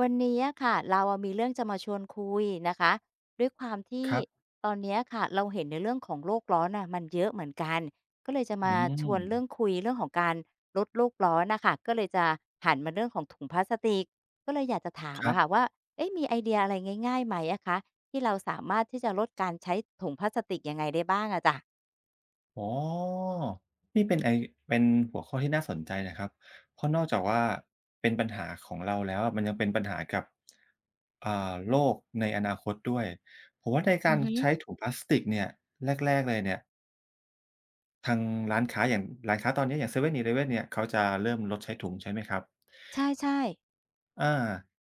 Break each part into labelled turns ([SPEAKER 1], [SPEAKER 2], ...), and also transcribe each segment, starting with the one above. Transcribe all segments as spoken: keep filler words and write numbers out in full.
[SPEAKER 1] วันนี้อะค่ะเราอะมีเรื่องจะมาชวนคุยนะคะด้วยความที่
[SPEAKER 2] ครับ
[SPEAKER 1] ตอนเนี้ยค่ะเราเห็นในเรื่องของโลกร้อนน่ะมันเยอะเหมือนกันก็เลยจะมา
[SPEAKER 2] อื
[SPEAKER 1] ชว
[SPEAKER 2] ม
[SPEAKER 1] นเรื่องคุยเรื่องของการลดโลกร้อนน่ะค่ะก็เลยจะหันมาเรื่องของถุงพลาสติกก็เลยอยากจะถาม
[SPEAKER 2] ครั
[SPEAKER 1] อะ
[SPEAKER 2] บ
[SPEAKER 1] ค่ะว่าเอ๊ะมีไอเดียอะไรง่ายๆไหมอะคะที่เราสามารถที่จะลดการใช้ถุงพลาสติกยังไงได้บ้างอะจ๊ะ
[SPEAKER 2] อ๋อนี่เป็นไอเป็นหัวข้อที่น่าสนใจนะครับ เพราะนอกจากว่าเป็นปัญหาของเราแล้วอะมันยังเป็นปัญหากับอ่าโลกในอนาคตด้วย ผมว่าในกา
[SPEAKER 1] อือ
[SPEAKER 2] ร
[SPEAKER 1] ฮึ
[SPEAKER 2] ใช้ถุงพลาสติกเนี่ยแรกๆเลยเนี่ยทางร้านค้าอย่างร้านค้าตอนเนี้ยอย่าง เซเว่นอีเลฟเว่น-Eleven เนี่ยเขาจะเริ่มลดใช้ถุงใช่ไหมครับ
[SPEAKER 1] ใช่ๆ
[SPEAKER 2] อา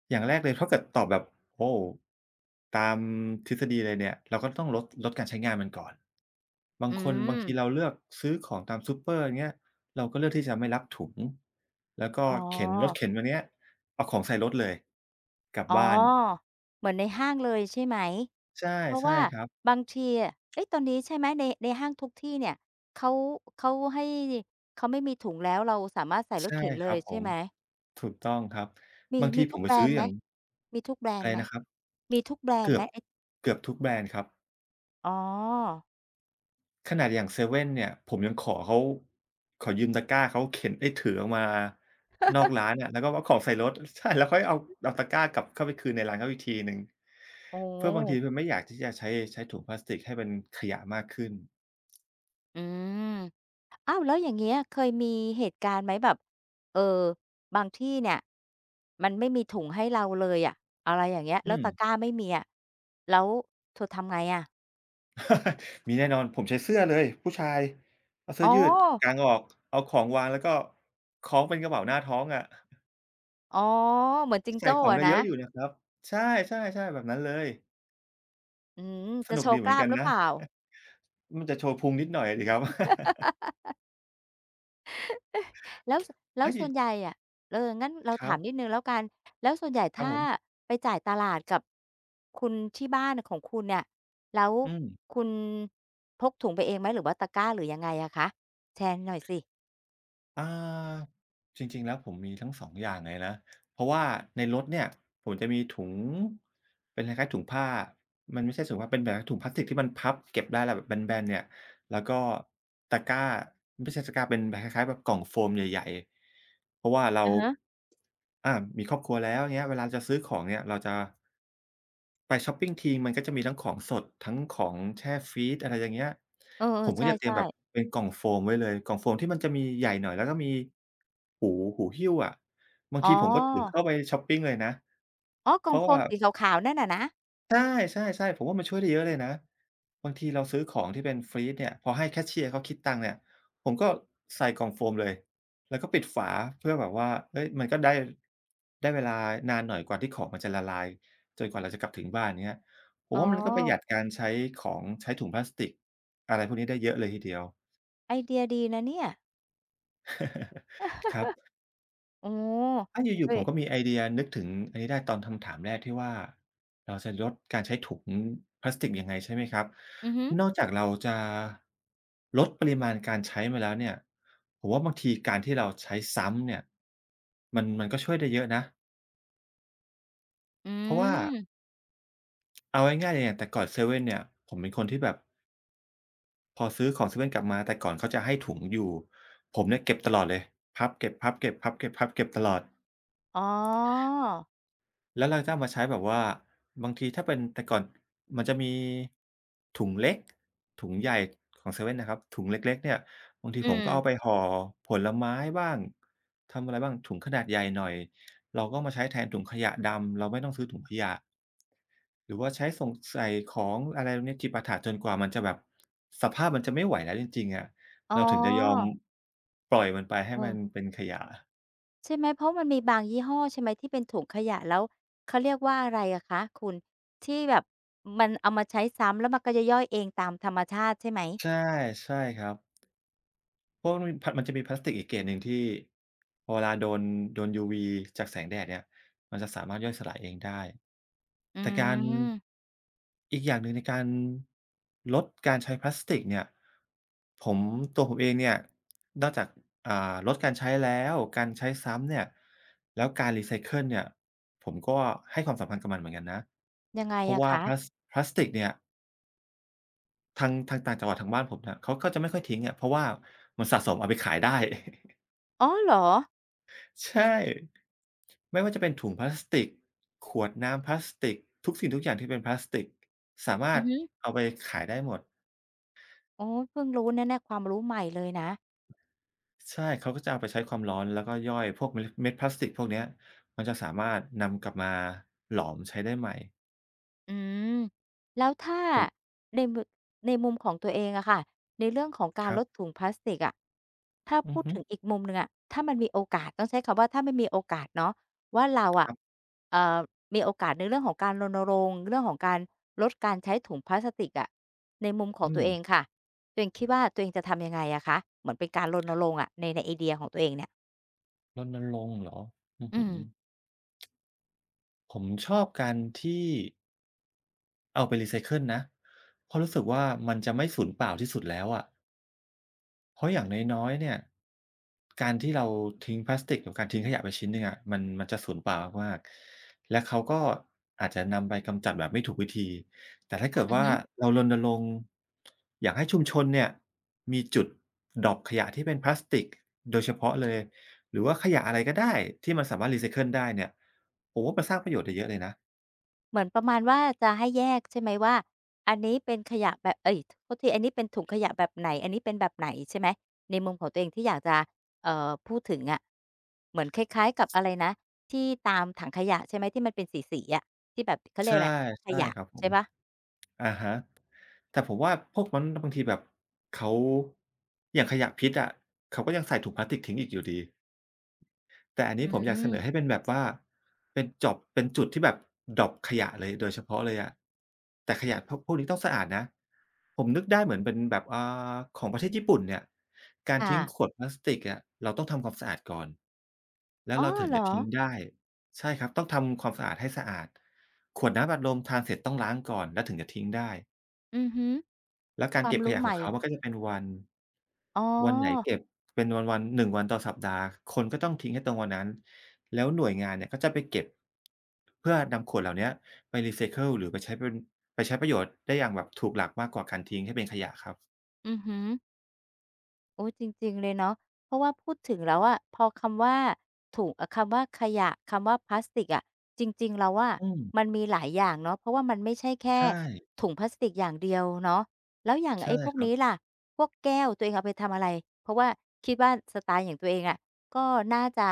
[SPEAKER 2] อย่างแรกเลยถ้าเกิดตอบแบบโอ้โฮตามทฤษฎีเลยเนี่ยเราก็ต้องลดลดการใช้งานมันก่อนบา
[SPEAKER 1] อื
[SPEAKER 2] งคน
[SPEAKER 1] ม
[SPEAKER 2] บางทีเราเลือกซื้อของตามซูเปอร์อย่างเงี้ยเราก็เลือกที่จะไม่รับถุงแล้วก็
[SPEAKER 1] อ๋
[SPEAKER 2] เข็นรถ
[SPEAKER 1] อ
[SPEAKER 2] เข็นวันเนี้ยเอาของใส่รถเลยกลับ
[SPEAKER 1] อ๋อ
[SPEAKER 2] บ้าน
[SPEAKER 1] เหมือนในห้างเลยใช่ไหม
[SPEAKER 2] ใช่
[SPEAKER 1] เพราะ
[SPEAKER 2] ใช่
[SPEAKER 1] ว่า
[SPEAKER 2] ครับ
[SPEAKER 1] บางทีอะเอ๊ะตอนนี้ใช่ไหมในในห้างทุกที่เนี่ยเขาเขาให้เขาไม่มีถุงแล้วเราสามารถใส่รถ
[SPEAKER 2] ใช่
[SPEAKER 1] เข็น
[SPEAKER 2] ค
[SPEAKER 1] เล
[SPEAKER 2] รั
[SPEAKER 1] ย
[SPEAKER 2] บผ
[SPEAKER 1] ใช่
[SPEAKER 2] ม
[SPEAKER 1] ไหม
[SPEAKER 2] ถูกต้องครับ
[SPEAKER 1] มี
[SPEAKER 2] บางที
[SPEAKER 1] มี
[SPEAKER 2] ผ
[SPEAKER 1] ทุ
[SPEAKER 2] ม
[SPEAKER 1] ก
[SPEAKER 2] ไป
[SPEAKER 1] แบร
[SPEAKER 2] ซื้
[SPEAKER 1] น
[SPEAKER 2] อ
[SPEAKER 1] ด์
[SPEAKER 2] อ
[SPEAKER 1] ไหม
[SPEAKER 2] ย่าง
[SPEAKER 1] มีทุกแบรน
[SPEAKER 2] อะไร
[SPEAKER 1] ด์ไหม
[SPEAKER 2] นะครับ
[SPEAKER 1] มีทุกแบรนด์
[SPEAKER 2] เกื
[SPEAKER 1] ไห
[SPEAKER 2] อ
[SPEAKER 1] ม
[SPEAKER 2] บ
[SPEAKER 1] ไอ้
[SPEAKER 2] เกือบทุกแบรนด์ครับ
[SPEAKER 1] อ๋อ
[SPEAKER 2] ขนาดอย่างเซเว่นเนี่ยผมยังขอเขาขอยืมตะกร้าเขาเข็นเอ๊ยถือออกมานอกร้านอะแล้วก็เอาของใส่รถ ใช่แล้วค่อยเอาเอาตะกร้ากลับเข้าไปคืนในร้านเขาอีกทีหนึ่ง
[SPEAKER 1] โอ
[SPEAKER 2] เพื่อบางที
[SPEAKER 1] ้
[SPEAKER 2] มันไม่อยากที่จะใช้ใช้ถุงพลาสติกให้เป็นขยะมากขึ้น
[SPEAKER 1] อืมอ้าวแล้วอย่างเงี้ยเคยมีเหตุการณ์ไหมแบบเอ่อบางที่เนี่ยมันไม่มีถุงให้เราเลยอะอะไรอย่างเงี้ย
[SPEAKER 2] อื
[SPEAKER 1] แล้ว
[SPEAKER 2] ม
[SPEAKER 1] ตะกร้าไม่มีอะแล้วเธอทำไงอะ
[SPEAKER 2] มีแน่นอนผมใช้เสื้อเลยผู้ชายเอาเสื้
[SPEAKER 1] อ๋
[SPEAKER 2] อ
[SPEAKER 1] อ
[SPEAKER 2] ยืดกางออกเอาของวางแล้วก็คล้องเป็นกระเป๋าหน้าท้องอะ
[SPEAKER 1] อ๋อเหมือนจิง
[SPEAKER 2] ใส่
[SPEAKER 1] โจ้
[SPEAKER 2] ของ
[SPEAKER 1] อะ
[SPEAKER 2] ได้เย
[SPEAKER 1] นะ
[SPEAKER 2] อะอยู่นะครับใช่ๆๆแบบนั้นเลย
[SPEAKER 1] อืม
[SPEAKER 2] ส
[SPEAKER 1] จะ
[SPEAKER 2] นุ
[SPEAKER 1] โช
[SPEAKER 2] กดี
[SPEAKER 1] ว์
[SPEAKER 2] เห
[SPEAKER 1] ก
[SPEAKER 2] มือ
[SPEAKER 1] ล้า
[SPEAKER 2] น
[SPEAKER 1] ม
[SPEAKER 2] กัน
[SPEAKER 1] หรือเป
[SPEAKER 2] นะ
[SPEAKER 1] ล่า
[SPEAKER 2] มันจะโชว์พุงนิดหน่อยอะสิครับ
[SPEAKER 1] แล้วสแล้ว
[SPEAKER 2] เฮ้ย
[SPEAKER 1] ส่วนใหญ่อะเอองั้นเรา
[SPEAKER 2] ครั
[SPEAKER 1] ถา
[SPEAKER 2] บ
[SPEAKER 1] มนิดหนึ่งแล้วกันแล้วส่วนใหญ่
[SPEAKER 2] ครับ
[SPEAKER 1] ถ้า
[SPEAKER 2] ผม
[SPEAKER 1] ไปจ่ายตลาดกับคุณที่บ้านน่ะของคุณเนี่ยแล้ว
[SPEAKER 2] อืม
[SPEAKER 1] คุณพกถุงไปเองไหมหรือว่าตะกร้าหรือยังไงอะคะแชร์หน่อยสิ
[SPEAKER 2] อ่าจริงๆแล้วผมมีทั้งสององอย่างเลยนะเพราะว่าในรถเนี่ยผมจะมีถุงเป็นคล้ายๆถุงผ้ามันไม่ใช่ถุงผ้าเป็นแบบถุงพลาสติกที่มันพับเก็บได้แล้วแบบแบนๆเนี่ย แล้วก็ตะกร้าไม่ใช่ตะกร้าเป็นแบบคล้ายๆแบบกล่องโฟมใหญ่ๆเพราะว่าเรา
[SPEAKER 1] อะฮะ
[SPEAKER 2] อามีครอบครัวแล้วอย่างเงี้ยเวลาจะซื้อของเนี่ยเราจะไปช็อปปิงทีมันก็จะมีทั้งของสดทั้งของแช่ฟรีซอะไรอย่างเงี้ย
[SPEAKER 1] เออ
[SPEAKER 2] ผม
[SPEAKER 1] ๆใช
[SPEAKER 2] ก็จะเตรีย
[SPEAKER 1] ่
[SPEAKER 2] มแบบ
[SPEAKER 1] ๆ
[SPEAKER 2] เป็นกล่องโฟมไว้เลยกล่องโฟมที่มันจะมีใหญ่หน่อยแล้วก็มีหูหูหิ้วอะบาง
[SPEAKER 1] อ๋
[SPEAKER 2] ทีผมก็ถือ
[SPEAKER 1] อ
[SPEAKER 2] เข้าไปช็อปปิงเลยนะ
[SPEAKER 1] อ๋อก
[SPEAKER 2] เพ
[SPEAKER 1] ล่อง
[SPEAKER 2] ราะ
[SPEAKER 1] โฟม
[SPEAKER 2] ว่า
[SPEAKER 1] สีขาวๆนั่นน่ะนะ
[SPEAKER 2] ใช่ๆๆผมว่ามันช่วยได้เยอะเลยนะบางทีเราซื้อของที่เป็นฟรีซเนี่ยพอให้แคชเชียร์เขาคิดตังค์เนี่ยผมก็ใส่กล่องโฟมเลยแล้วก็ปิดฝาเพื่อแบบว่าเฮ้ยมันก็ได้ได้เวลานานหน่อยกว่าที่ของมันจะละลายจนกว่าเราจะกลับถึงบ้านเงี้ยผ
[SPEAKER 1] อ๋
[SPEAKER 2] ม
[SPEAKER 1] อ
[SPEAKER 2] ว่ามันก็ประหยัดการใช้ของใช้ถุงพลาสติกอะไรพวกนี้ได้เยอะเลยทีเดียว
[SPEAKER 1] ไอเดียดีนะเนี่ย
[SPEAKER 2] ครับ
[SPEAKER 1] โอ้
[SPEAKER 2] อาอยู่
[SPEAKER 1] เฮ้
[SPEAKER 2] ๆผ
[SPEAKER 1] ย
[SPEAKER 2] มก็มีไอเดียนึกถึงอันนี้ได้ตอนคำถามแรกที่ว่าเราจะลดการใช้ถุงพลาสติกยังไงใช่ไหมครับ
[SPEAKER 1] อือฮึ
[SPEAKER 2] นอกจากเราจะลดปริมาณการใช้มาแล้วเนี่ยผมว่าบางทีการที่เราใช้ซ้ำเนี่ยมันมันก็ช่วยได้เยอะนะ
[SPEAKER 1] อื
[SPEAKER 2] เพราะว่า
[SPEAKER 1] ม
[SPEAKER 2] เอาง่ายๆเลยอย่างแต่ก่อนเซเว่นเนี่ยผมเป็นคนที่แบบพอซื้อของเซเว่นกลับมาแต่ก่อนเขาจะให้ถุงอยู่ผมเนี่ยเก็บตลอดเลยพับเก็บพับเก็บพับเก็บพับเก็บตลอด
[SPEAKER 1] อ๋อ
[SPEAKER 2] แล้วเราจะเอามาใช้แบบว่าบางทีถ้าเป็นแต่ก่อนมันจะมีถุงเล็กถุงใหญ่ของเซเว่นนะครับถุงเล็กๆเนี่ยบางที
[SPEAKER 1] อื
[SPEAKER 2] ผม
[SPEAKER 1] ม
[SPEAKER 2] ก็เอาไปห่อผลไม้บ้างทำอะไรบ้างถุงขนาดใหญ่หน่อยเราก็มาใช้แทนถุงขยะดำเราไม่ต้องซื้อถุงขยะหรือว่าใช้ส่งใส่ของอะไรพวกนี้จิปาถะจนกว่ามันจะแบบสภาพมันจะไม่ไหวแล้วจริงๆอะ
[SPEAKER 1] อ๋
[SPEAKER 2] เราถึงจะยอม
[SPEAKER 1] อ
[SPEAKER 2] ปล่อยมันไปให้
[SPEAKER 1] เอ
[SPEAKER 2] มัน
[SPEAKER 1] อ
[SPEAKER 2] เป็นขยะ
[SPEAKER 1] ใช่ไหมเพราะมันมีบางยี่ห้อใช่ไหมที่เป็นถุงขยะแล้วเขาเรียกว่าอะไรอะคะคุณที่แบบมันเอามาใช้ซ้ำแล้วมันก็จะย่อยเองตามธรรมชาติใช่ไหม
[SPEAKER 2] ใช่ใช่ครับ เพราะมันมีพมันจะมีพลาสติกอีกเกรดหนึ่งที่พอเวลาโดนโดนยูวีจากแสงแดดเนี่ยมันจะสามารถย่อยสลายเองได้
[SPEAKER 1] อื
[SPEAKER 2] แต่การ
[SPEAKER 1] ม
[SPEAKER 2] อีกอย่างหนึ่งในการลดการใช้พลาสติกเนี่ยผมตัวผมเองเนี่ยนอกจากอ่าลดการใช้แล้วการใช้ซ้ำเนี่ยแล้วการรีไซเคิลเนี่ยผมก็ให้ความสำคัญกับมันเหมือนกันนะ
[SPEAKER 1] ยังไง
[SPEAKER 2] เพราะ
[SPEAKER 1] อะ
[SPEAKER 2] ว่า
[SPEAKER 1] คะ
[SPEAKER 2] พลาสพลาสติกเนี่ย ทางทางต่างจังหวัดทางบ้านผมเนี่ยเขาก็จะไม่ค่อยทิ้งอะเพราะว่ามันสะสมเอาไปขายได้
[SPEAKER 1] อ๋อเหรอ
[SPEAKER 2] ใช่ไม่ว่าจะเป็นถุงพลาสติกขวดน้ำพลาสติกทุกสิ่งทุกอย่างที่เป็นพลาสติกสามา
[SPEAKER 1] อื
[SPEAKER 2] รถ
[SPEAKER 1] อฮึ
[SPEAKER 2] เอาไปขายได้หมด
[SPEAKER 1] อ๋อเพิ่งรู้นะเนี่ยความรู้ใหม่เลยนะ
[SPEAKER 2] ใช่เขาก็จะเอาไปใช้ความร้อนแล้วก็ย่อยพวกเมล็ดเม็ดพลาสติกพวกเนี้ยมันจะสามารถนำกลับมาหลอมใช้ได้ใหม่
[SPEAKER 1] อืมแล้วถ้า
[SPEAKER 2] ผม
[SPEAKER 1] ในมในมุมของตัวเองอะค่ะในเรื่องของกา
[SPEAKER 2] ค
[SPEAKER 1] ร
[SPEAKER 2] รั
[SPEAKER 1] ลด
[SPEAKER 2] บ
[SPEAKER 1] ถุงพลาสติกอะถ้า
[SPEAKER 2] อือ
[SPEAKER 1] พูด
[SPEAKER 2] ฮึ
[SPEAKER 1] ถึงอีกมุมหนึ่งอะถ้ามันมีโอกาสต้องใช้คำว่าถ้ามันมีโอกาสเนาะว่าเรา
[SPEAKER 2] ค
[SPEAKER 1] อะ
[SPEAKER 2] รับ
[SPEAKER 1] เอ่อมีโอกาสในเรื่องของการรณรงค์เรื่องของการลดการใช้ถุงพลาสติกอะในมุมขอ
[SPEAKER 2] อื
[SPEAKER 1] งตัว
[SPEAKER 2] ม
[SPEAKER 1] เองค่ะตัวเองคิดว่าตัวเองจะทำยังไงอะคะเหมือนเป็นการรณรงค์อะในในไอเดียของตัวเองเนี่ย
[SPEAKER 2] รณรงค์เหรออื้อ
[SPEAKER 1] อื
[SPEAKER 2] ฮื
[SPEAKER 1] ม
[SPEAKER 2] อผมชอบการที่ เอาไปรีไซเคิลนะเพราะรู้สึกว่ามันจะไม่สูญเปล่าที่สุดแล้วอะเพราะอย่างน้อยๆเนี่ยการที่เราทิ้งพลาสติกกับการทิ้งขยะไปชิ้นหนึ่งอะมันมันจะสูญเปล่ามากๆและเขาก็อาจจะนำไปกำจัดแบบไม่ถูกวิธีแต่ถ้าเกิด
[SPEAKER 1] อื
[SPEAKER 2] ว่า
[SPEAKER 1] อ
[SPEAKER 2] เรารณรงค์อยากให้ชุมชนเนี่ยมีจุดดรอปขยะที่เป็นพลาสติกโดยเฉพาะเลยหรือว่าขยะอะไรก็ได้ที่มันสามารถรีไซเคิลได้เนี่ยผมว่ามันสร้างประโยชน์ได้เยอะเลยนะ
[SPEAKER 1] เหมือนประมาณว่าจะให้แยกใช่ไหมว่าอันนี้เป็นขยะแบบเอ๊ยโทษทีอันนี้เป็นถุงขยะแบบไหนอันนี้เป็นแบบไหนใช่ไหมในมุมของตัวเองที่อยากจะเอ่อพูดถึงอะเหมือนคล้ายๆกับอะไรนะที่ตามถังขยะใช่ไหมที่มันเป็นสีๆอะที่แบบเขาเรียก
[SPEAKER 2] ใช่
[SPEAKER 1] อะไรแยกข
[SPEAKER 2] ใช่
[SPEAKER 1] ยะ
[SPEAKER 2] ครับผ
[SPEAKER 1] ใช่
[SPEAKER 2] ม
[SPEAKER 1] เปล่า
[SPEAKER 2] อะฮะแต่ผมว่าพวกนั้นบางทีแบบเขาอย่างขยะพิษอะเขาก็ยังใส่ถุงพลาสติกทิ้งอีกอยู่ดีแต่อันนี้
[SPEAKER 1] อื
[SPEAKER 2] ผมอยากเส
[SPEAKER 1] ม
[SPEAKER 2] นอให้เป็นแบบว่าเป็นจอบเป็นจุดที่แบบดรอปขยะเลยโดยเฉพาะเลยอะแต่ขยะพวกพวกนี้ต้องสะอาดนะผมนึกได้เหมือนเป็นแบบอ่าของประเทศญี่ปุ่นเนี่ยการ
[SPEAKER 1] ค่ะ
[SPEAKER 2] ทิ้งขวดพลาสติกอะเราต้องทำความสะอาดก่อนแล้ว
[SPEAKER 1] อ๋อ
[SPEAKER 2] เราถึง
[SPEAKER 1] เหรอ
[SPEAKER 2] จะทิ้งได้ใช่ครับต้องทำความสะอาดให้สะอาดขวดน้ำอัดลมทานเสร็จต้องล้างก่อนแล้วถึงจะทิ้งได้
[SPEAKER 1] อือฮึ
[SPEAKER 2] แล้วกา
[SPEAKER 1] ค
[SPEAKER 2] ร
[SPEAKER 1] วาม
[SPEAKER 2] เก็บข
[SPEAKER 1] รู้
[SPEAKER 2] ยะข
[SPEAKER 1] ให
[SPEAKER 2] อง
[SPEAKER 1] ม่
[SPEAKER 2] เขามันก็จะเป็นวัน
[SPEAKER 1] อ๋อ
[SPEAKER 2] วันไหนเก็บเป็นวันๆหนึ่งวันต่อสัปดาห์ คนก็ต้องทิ้งให้ตรงวันนั้น แล้วหน่วยงานเนี่ยก็จะไปเก็บเพื่อนำขวดเหล่าเนี้ยไปรีไซเคิลหรือไปใช้เป็นไปใช้ประโยชน์ได้อย่างแบบถูกหลักมากกว่าการทิ้งให้เป็นขยะครับ
[SPEAKER 1] อือฮึ โอ้ยจริงๆเลยเนาะเพราะว่าพูดถึงแล้วอะพอคำว่าถุงเอ่อคำว่าขยะคำว่าพลาสติกอะจริงๆแล้วว่า
[SPEAKER 2] อืม
[SPEAKER 1] มันมีหลายอย่างเนาะเพราะว่ามันไม่ใช่แค่
[SPEAKER 2] ใช่
[SPEAKER 1] ถุงพลาสติกอย่างเดียวเนาะแล้วอย่าง
[SPEAKER 2] ใช่
[SPEAKER 1] ไอ้พวก
[SPEAKER 2] ครับ
[SPEAKER 1] นี้ล่ะพวกแก้วตัวเองเอาไปทำอะไรเพราะว่าคิดว่าสไตล์อย่างตัวเองอะก็น่าจะ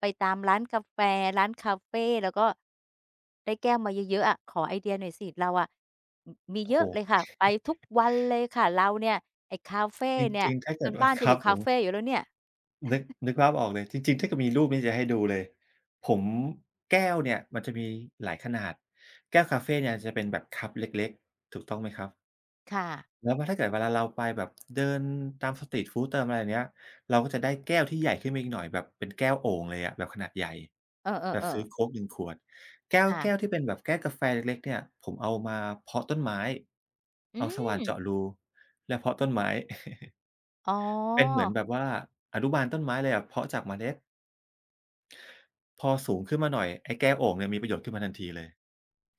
[SPEAKER 1] ไปตามร้านกาแฟร้านคาเฟแล้วก็ได้แก้วมาเยอะๆอะขอไอเดียหน่อยสิเราอะ มมี
[SPEAKER 2] โอ้
[SPEAKER 1] เย
[SPEAKER 2] โฮ
[SPEAKER 1] อะเลยค่ะไปทุกวันเลยค่ะเราเนี่ยไอ้คาเฟ
[SPEAKER 2] จ
[SPEAKER 1] เนี่ย
[SPEAKER 2] ริงๆถ้า
[SPEAKER 1] จ
[SPEAKER 2] เกิด
[SPEAKER 1] น
[SPEAKER 2] ว่า
[SPEAKER 1] บ้าน
[SPEAKER 2] ค
[SPEAKER 1] จะอ
[SPEAKER 2] รับ
[SPEAKER 1] ยู่
[SPEAKER 2] ผ
[SPEAKER 1] คา
[SPEAKER 2] ม
[SPEAKER 1] เฟอยู่แล้วเนี่ย
[SPEAKER 2] นึกนึกภาพออกเลยจริงๆถ้าเกิดมีรูปนี่จะให้ดูเลยผมแก้วเนี่ยมันจะมีหลายขนาดแก้วกาเฟเนี่ยจะเป็นแบบคัปเล็กๆถูกต้องไหมครับ
[SPEAKER 1] ค่ะ
[SPEAKER 2] แล้วว่าถ้าเกิดเวลาเราไปแบบเดินตามสตรีตฟูดตามอะไรอย่างเงี้ยเราก็จะได้แก้วที่ใหญ่ขึ้นมาอีกหน่อยแบบเป็นแก้วโอ่งเลยอะแบบขนาดใหญ่
[SPEAKER 1] เอ
[SPEAKER 2] แบบ
[SPEAKER 1] อ
[SPEAKER 2] ซื้อ
[SPEAKER 1] ๆๆ
[SPEAKER 2] โค้กหนึ่งขวดแก้วแก้ว
[SPEAKER 1] ค่ะ
[SPEAKER 2] ที่เป็นแบบแก้วกาแฟเล็กๆเนี่ยผมเอามาเพาะต้นไม้
[SPEAKER 1] อื
[SPEAKER 2] เอาสว่าน
[SPEAKER 1] ม
[SPEAKER 2] เจาะรูแล้วเพาะต้นไม้
[SPEAKER 1] อ๋อ
[SPEAKER 2] เป็นเหมือนแบบว่าอนุบาลต้นไม้เลยอะเพาะจากเมล็ด พอสูงขึ้นมาหน่อยไอ้แก้วโอ่งเนี่ยมีประโยชน์ขึ้นมาทันทีเลย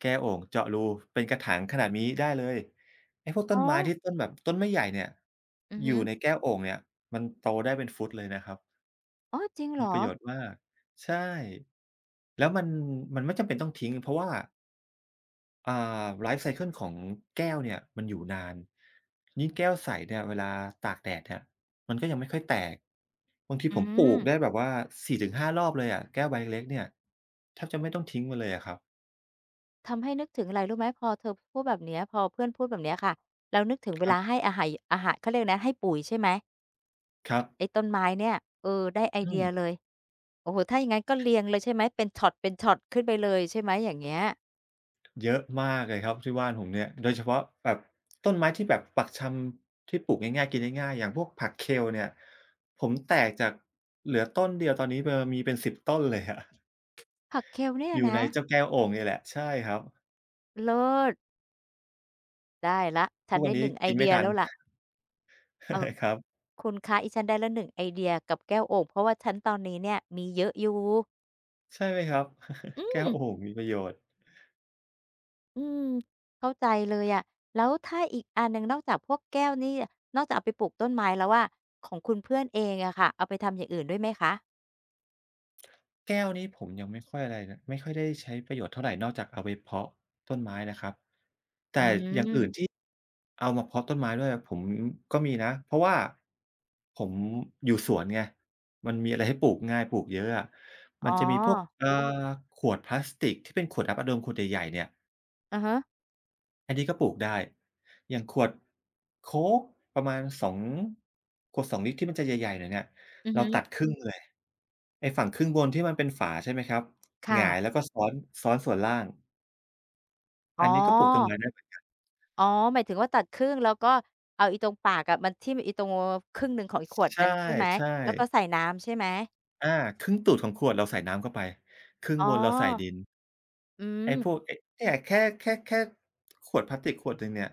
[SPEAKER 2] แก้วโอ่งเจาะรูเป็นกระถางขนาดนี้ได้เลยไอ้พวกต้
[SPEAKER 1] อ๋
[SPEAKER 2] น
[SPEAKER 1] อ
[SPEAKER 2] ไม้ที่ต้นแบบต้นไม่ใหญ่เนี่ย
[SPEAKER 1] อือ
[SPEAKER 2] อ
[SPEAKER 1] ฮึ
[SPEAKER 2] ยู่ในแก้วโอ่งเนี่ยมันโตได้เป็นฟุตเลยนะครับ
[SPEAKER 1] อ๋อจริงเหร
[SPEAKER 2] มีป
[SPEAKER 1] อ
[SPEAKER 2] ระโยชน์มากใช่แล้วมันมันไม่จำเป็นต้องทิ้งเพราะว่า อ่าไลฟ์ไซเกิลของแก้วเนี่ยมันอยู่นานยิ่งแก้วใสเนี่ยเวลาตากแดดเนี่ยมันก็ยังไม่ค่อยแตกบางที
[SPEAKER 1] อื
[SPEAKER 2] ผมปลู
[SPEAKER 1] ม
[SPEAKER 2] กได้แบบว่าสี่ถึงห้ารอบเลยอะแก้วใบเล็กๆเนี่ยแทบจะไม่ต้องทิ้งมันเลยอะครับ
[SPEAKER 1] ทำให้นึกถึงอะไรรู้ไหมพอเธอพูดแบบเนี้ยพอเพื่อนพูดแบบเนี้ยค่ะเรานึกถึงเว
[SPEAKER 2] ครั
[SPEAKER 1] ลา
[SPEAKER 2] บ
[SPEAKER 1] ให้อาหายอาหารเขาเรียกนะให้ปุ๋ยใช่ไหม
[SPEAKER 2] ครั
[SPEAKER 1] กับไอ้
[SPEAKER 2] บ
[SPEAKER 1] ต้นไม้เนี่ยเออได้ไอ
[SPEAKER 2] อื
[SPEAKER 1] เดีย
[SPEAKER 2] ม
[SPEAKER 1] เลยโอ้โฮถ้าอย่างงั้นก็เรียงเลยใช่ไหมเป็นช็อตเป็นช็อตขึ้นไปเลยใช่ไหมอย่างเงี้ย
[SPEAKER 2] เยอะมากเลยครับที่บ้านผมเนี่ยโดยเฉพาะแบบต้นไม้ที่แบบปักชำที่ปลูกง่ายๆกินง่ายๆอย่างพวกผัก Kale เนี่ยผมแตกจากเหลือต้นเดียวตอนนี้เบอมีเป็นสิบต้นเลยอะ
[SPEAKER 1] ผักเคลเนี่ย
[SPEAKER 2] อยู่
[SPEAKER 1] นะ
[SPEAKER 2] ในเจ้าแก้วโอ่งนี่แหละใช่ครับ
[SPEAKER 1] เลิศ ได้แล้วฉั
[SPEAKER 2] ทุ
[SPEAKER 1] น
[SPEAKER 2] กวัน
[SPEAKER 1] ได้ห
[SPEAKER 2] นี้
[SPEAKER 1] นึ่งไอ
[SPEAKER 2] กิน
[SPEAKER 1] เดี
[SPEAKER 2] ไม่
[SPEAKER 1] ย
[SPEAKER 2] ทัน
[SPEAKER 1] แล้วล่ะเออ
[SPEAKER 2] ครับ
[SPEAKER 1] คุณคะอีฉันได้แล้วหนึ่งไอเดียกับแก้วโอ่งเพราะว่าฉันตอนนี้เนี่ยมีเยอะอยู่
[SPEAKER 2] ใช่ไหมครับ
[SPEAKER 1] อื
[SPEAKER 2] แก้ว
[SPEAKER 1] ม
[SPEAKER 2] โอ่งมีประโยชน์
[SPEAKER 1] อืมเข้าใจเลยอะแล้วถ้าอีกอันหนึ่งนอกจากพวกแก้วนี่นอกจากเอาไปปลูกต้นไม้แล้วอะของคุณเพื่อนเองอะค่ะเอาไปทำอย่างอื่นด้วยไหมคะ
[SPEAKER 2] แก้วนี้ผมยังไม่ค่อยอะไรนะไม่ค่อยได้ใช้ประโยชน์เท่าไหรนอกจากเอาไปเพาะต้นไม้นะครับ
[SPEAKER 1] อื
[SPEAKER 2] แต่อย่างอื่น
[SPEAKER 1] ม
[SPEAKER 2] ที่เอามาเพาะต้นไม้ด้วยอผมก็มีนะเพราะว่าผมอยู่สวนไงมันมีอะไรให้ปลูกง่ายปลูกเยอะอะมั
[SPEAKER 1] อ๋อ
[SPEAKER 2] นจะมีพวกเอ่อขวดพลาสติกที่เป็นขวดอ้ำอะโดลมขวดใหญ่ๆเนี่ย
[SPEAKER 1] อะฮะ
[SPEAKER 2] อันนี้ก็ปลูกได้ อย่างขวดโค้กประมาณสองขวดสองลิตรที่มันจะใหญ่ๆหน่อยเนี่ย
[SPEAKER 1] อือ
[SPEAKER 2] เรา
[SPEAKER 1] ฮึ
[SPEAKER 2] ตัดครึ่งเลยไอ้ฝั่งครึ่งบนที่มันเป็นฝาใช่ไหมครับห
[SPEAKER 1] ค่ะ
[SPEAKER 2] งายแล้วก็ซ้อนซ้อนส่วนล่าง
[SPEAKER 1] อ๋
[SPEAKER 2] อันนี้ก็ปลูกต้น
[SPEAKER 1] อ
[SPEAKER 2] ไม้ได้เหมือนกัน
[SPEAKER 1] อ๋อหมายถึงว่าตัดครึ่งแล้วก็เอาอีตรงปากอะมันทิ่มอีตรงครึ่งหนึ่งของอีขวด
[SPEAKER 2] ใ
[SPEAKER 1] นั้นใช่ไหม
[SPEAKER 2] ช่
[SPEAKER 1] แล้วก็ใส่น้ำใช่ไหม
[SPEAKER 2] ๆอาครึ่งตูดของขวดเราใส่น้ำเข้าไปครึ่ง
[SPEAKER 1] อ๋อ
[SPEAKER 2] บนเราใส่ดิน
[SPEAKER 1] อืม
[SPEAKER 2] ไอ้พวกไอ้เนี่ยแค่แค่แค่ขวดพลาสติกขวดหนึ่งเนี่ย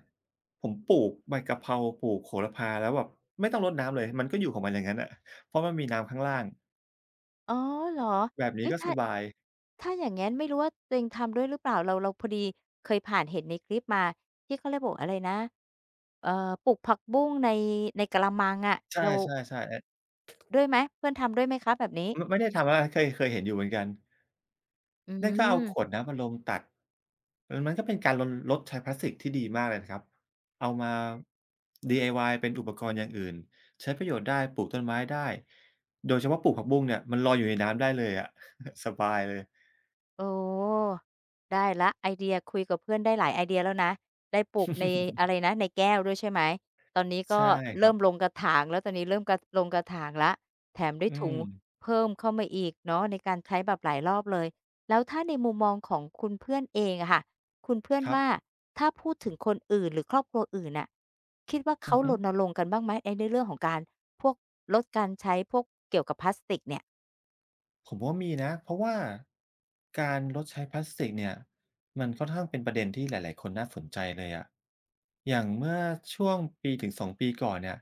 [SPEAKER 2] ผมปลูกใบกะเพราปลูกโหระพาแล้วแบบไม่ต้องรดน้ำเลยมันก็อยู่ของมันอย่างงั้นน่ะเพราะมันมีน้ำข้างล่าง
[SPEAKER 1] อ๋อเหรอ
[SPEAKER 2] แบบนี้
[SPEAKER 1] เฮ้ย
[SPEAKER 2] ก็ส
[SPEAKER 1] ถ้า
[SPEAKER 2] บาย
[SPEAKER 1] ถ้าอย่างงั้นไม่รู้ว่าตัวเองทำด้วยหรือเปล่าเราเราพอดีเคยผ่านเห็นในคลิปมาที่เขาเรียกบอกอะไรนะเอ่อปลูกผักบุ้งในในกะละมังอะ
[SPEAKER 2] ใช่
[SPEAKER 1] เรา
[SPEAKER 2] ๆๆอะ
[SPEAKER 1] ด้วยไหมเพื่อนทำด้วยไหมคะแบบนี้
[SPEAKER 2] มไม่ได้ทำแล้วนะเคยเคยเห็นอยู่เหมือนกัน
[SPEAKER 1] อื
[SPEAKER 2] นั่นก็เอาขวด
[SPEAKER 1] ม
[SPEAKER 2] น้ำอัดลมตัดเออมันก็เป็นการลนลดใช้พลาสติกที่ดีมากเลยนะครับเอามา ดี ไอ วาย เป็นอุปกรณ์อย่างอื่นใช้ประโยชน์ได้ปลูกต้นไม้ได้โดยเฉพาะปลูกผักบุ้งเนี่ยมันลอยอยู่ในน้ำได้เลยอะ สบายเลย
[SPEAKER 1] โอ้ได้ละไอเดียคุยกับเพื่อนได้หลายไอเดียแล้วนะได้ปลูกในอะ ไรนะในแก้วด้วยใช่ไหมตอนนี้ก็
[SPEAKER 2] ใช่ครั
[SPEAKER 1] เริ่
[SPEAKER 2] บ
[SPEAKER 1] มลงกระถางแล้วตอนนี้เริ่มกระลงกระถางละแถมได้
[SPEAKER 2] อื
[SPEAKER 1] ถุง
[SPEAKER 2] ม
[SPEAKER 1] เพิ่มเข้ามาอีกเนาะในการใช้แบบหลายรอบเลยแล้วถ้าในมุมมองของคุณเพื่อนเองอะค่ะคุณเพื่อน
[SPEAKER 2] ครับ
[SPEAKER 1] ว่าถ้าพูดถึงคนอื่นหรือครอบครัวอื่นน่ะคิดว่า
[SPEAKER 2] อื
[SPEAKER 1] เขา
[SPEAKER 2] อ
[SPEAKER 1] ร
[SPEAKER 2] ฮึ
[SPEAKER 1] ณรงค์กันบ้างไหมไอ้ในเรื่องของการพวกลดการใช้พวกเกี่ยวกับพลาสติกเนี่ย
[SPEAKER 2] ผมว่ามีนะ เพราะว่าการลดใช้พลาสติกเนี่ยมันค่อนข้างเป็นประเด็นที่หลายๆคนน่าสนใจเลยอะอย่างเมื่อช่วงปีถึงสองปีก่อนเนี่ย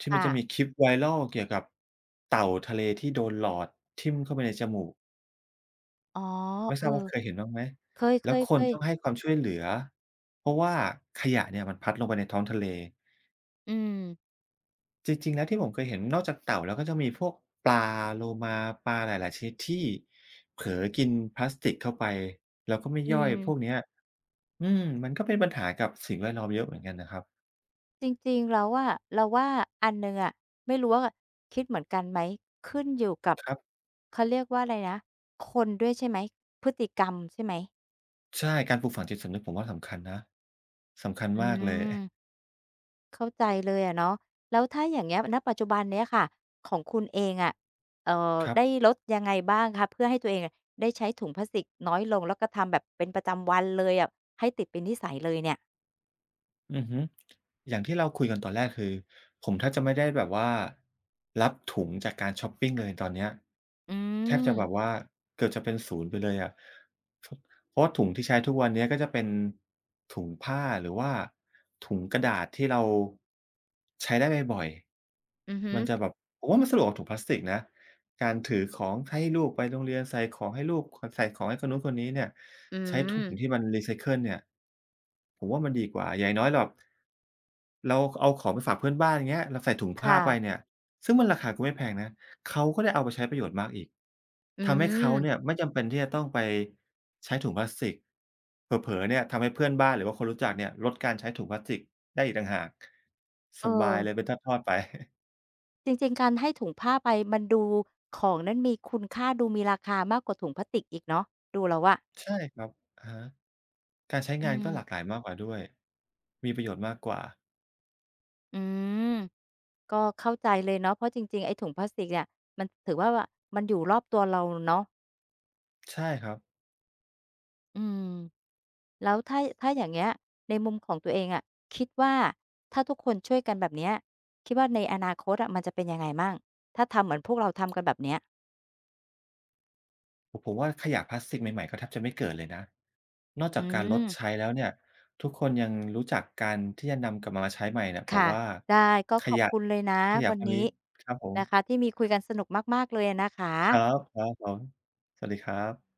[SPEAKER 2] ที่มัน
[SPEAKER 1] ค่ะ
[SPEAKER 2] จะมีคลิป viral เกี่ยวกับเต่าทะเลที่โดนหลอดทิ่มเข้าไปในจมูก
[SPEAKER 1] อ๋อ
[SPEAKER 2] ไม่
[SPEAKER 1] เอ
[SPEAKER 2] ท
[SPEAKER 1] อ
[SPEAKER 2] ราบว่าเคยเห็นบ้างไหม
[SPEAKER 1] เค
[SPEAKER 2] แล้ว
[SPEAKER 1] ย
[SPEAKER 2] คนต้
[SPEAKER 1] ๆ
[SPEAKER 2] องให้
[SPEAKER 1] ๆ
[SPEAKER 2] ความช่วยเหลือเพราะว่าขยะเนี่ยมันพัดลงไปในท้องทะเล
[SPEAKER 1] อืม
[SPEAKER 2] จริงๆ แล้วที่ผมเคยเห็นนอกจากเต่าแล้วก็จะมีพวกปลาโลมาปลาหลายๆชนิดที่เผลอกินพลาสติกเข้าไปแล้วก็ไม่
[SPEAKER 1] อื
[SPEAKER 2] ย่อย
[SPEAKER 1] ม
[SPEAKER 2] พวกเนี้ยอืมมันก็เป็นปัญหากับสิ่งแวดล้อมเยอะเหมือนกันนะครับ
[SPEAKER 1] จริงๆแล้วอะเราว่าอันหนึ่งอะไม่รู้ว่าคิดเหมือนกันไหมขึ้นอยู่กับ
[SPEAKER 2] ครับ
[SPEAKER 1] เขาเรียกว่าอะไรนะคนด้วยใช่ไหมพฤติกรรมใช่ไหม
[SPEAKER 2] ใช่การปลูกฝังจิตสำนึกผมว่าสำคัญนะสำคัญ
[SPEAKER 1] อื
[SPEAKER 2] มากเลย
[SPEAKER 1] มเข้าใจเลยอะเนาะแล้วถ้าอย่างเงี้ยณปัจจุบันเนี้ยค่ะของคุณเองอะเอ่อ
[SPEAKER 2] ครับ
[SPEAKER 1] ได้ลดยังไงบ้างคะเพื่อให้ตัวเองอะได้ใช้ถุงพลาสติกน้อยลงแล้วก็ทำแบบเป็นประจำวันเลยอะให้ติดเป็นนิสัยเลยเนี่ย
[SPEAKER 2] อือฮึอย่างที่เราคุยกันตอนแรกคือผมแทบจะไม่ได้แบบว่ารับถุงจากการชอปปิงเลยตอนเนี้ย
[SPEAKER 1] อื
[SPEAKER 2] แทบจะแบบ
[SPEAKER 1] ม
[SPEAKER 2] ว่าเกือบจะเป็นศูนย์ไปเลยอะถเพราะว่าถุงที่ใช้ทุกวันเนี้ยก็จะเป็นถุงผ้าหรือว่าถุงกระดาษที่เราใช้ได้บ่อย
[SPEAKER 1] อือฮึ
[SPEAKER 2] ๆมันจะแบบผมว่ามันสะดวกกว่าถุงพลาสติกนะ การถือของให้ลูกไปโรงเรียนใส่ของให้ลูกขใส่ของให้คนนู้นคนนี้เนี่ย
[SPEAKER 1] อื
[SPEAKER 2] ใช้ถุ
[SPEAKER 1] ม
[SPEAKER 2] งที่มันรีไซเคิลเนี่ยผมว่ามันดีกว่าอย่างน้อยเราแบบเราเอาของไปฝากเพื่อนบ้านอย่างเงี้ยเราใส่ถุงผ้า
[SPEAKER 1] ค่ะ
[SPEAKER 2] ไปเนี่ยซึ่งมันราคาก็ไม่แพงนะเขาก็ได้เอาไปใช้ประโยชน์มากอีก
[SPEAKER 1] อื
[SPEAKER 2] ทำให้เขาเนี่
[SPEAKER 1] ม
[SPEAKER 2] ยไม่จำเป็นที่จะต้องไปใช้ถุงพลาสติกเผลอๆเนี่ยทำให้เพื่อนบ้านหรือว่าคนรู้จักเนี่ยลดการใช้ถุงพลาสติกได้อีกต่างหากส
[SPEAKER 1] เออ
[SPEAKER 2] บายเลยเป็นทอดๆไป
[SPEAKER 1] จริงๆการให้ถุงผ้าไปมันดูของนั้นมีคุณค่าดูมีราคามากกว่าถุงพลาสติกอีกเนาะดูแล้วอะ
[SPEAKER 2] ใช่ครับอะฮะ การใช้
[SPEAKER 1] อื
[SPEAKER 2] งานก็หลากหลา
[SPEAKER 1] ม
[SPEAKER 2] ยมากกว่าด้วย มีประโยชน์มากกว่า
[SPEAKER 1] อืมก็เข้าใจเลยเนาะเพราะจริงๆไอ้ถุงพลาสติกเนี่ยมันถือว่าว่ามันอยู่รอบตัวเราเนาะ
[SPEAKER 2] ใช่ครับ
[SPEAKER 1] อืมแล้วถ้าถ้าอย่างเงี้ยในมุมของตัวเองอะคิดว่าถ้าทุกคนช่วยกันแบบเนี้ยคิดว่าในอนาคตอะมันจะเป็นยังไงมั่งถ้าทำเหมือนพวกเราทำกันแบบเนี้ย
[SPEAKER 2] ผมผมว่าขยะพลาสติกใหม่ๆก็แทบจะไม่เกิดเลยนะ นอก
[SPEAKER 1] อื
[SPEAKER 2] จากการลดใช้
[SPEAKER 1] ม
[SPEAKER 2] แล้วเนี่ยทุกคนยังรู้จักการที่จะนำกลับมาใช้ใหม่เนี่ยผม
[SPEAKER 1] ค่ะ
[SPEAKER 2] ว่า
[SPEAKER 1] ได้ก็
[SPEAKER 2] ข
[SPEAKER 1] ขอบ
[SPEAKER 2] ยะ
[SPEAKER 1] คุณเลยนะ
[SPEAKER 2] ขยะ
[SPEAKER 1] วั
[SPEAKER 2] พ
[SPEAKER 1] น
[SPEAKER 2] วกนี้
[SPEAKER 1] นี้
[SPEAKER 2] ครับผม
[SPEAKER 1] นะคะที่มีคุยกันสนุกมากๆเลยอะนะค
[SPEAKER 2] ครั
[SPEAKER 1] ะ
[SPEAKER 2] บครับผม สวัสดีครับ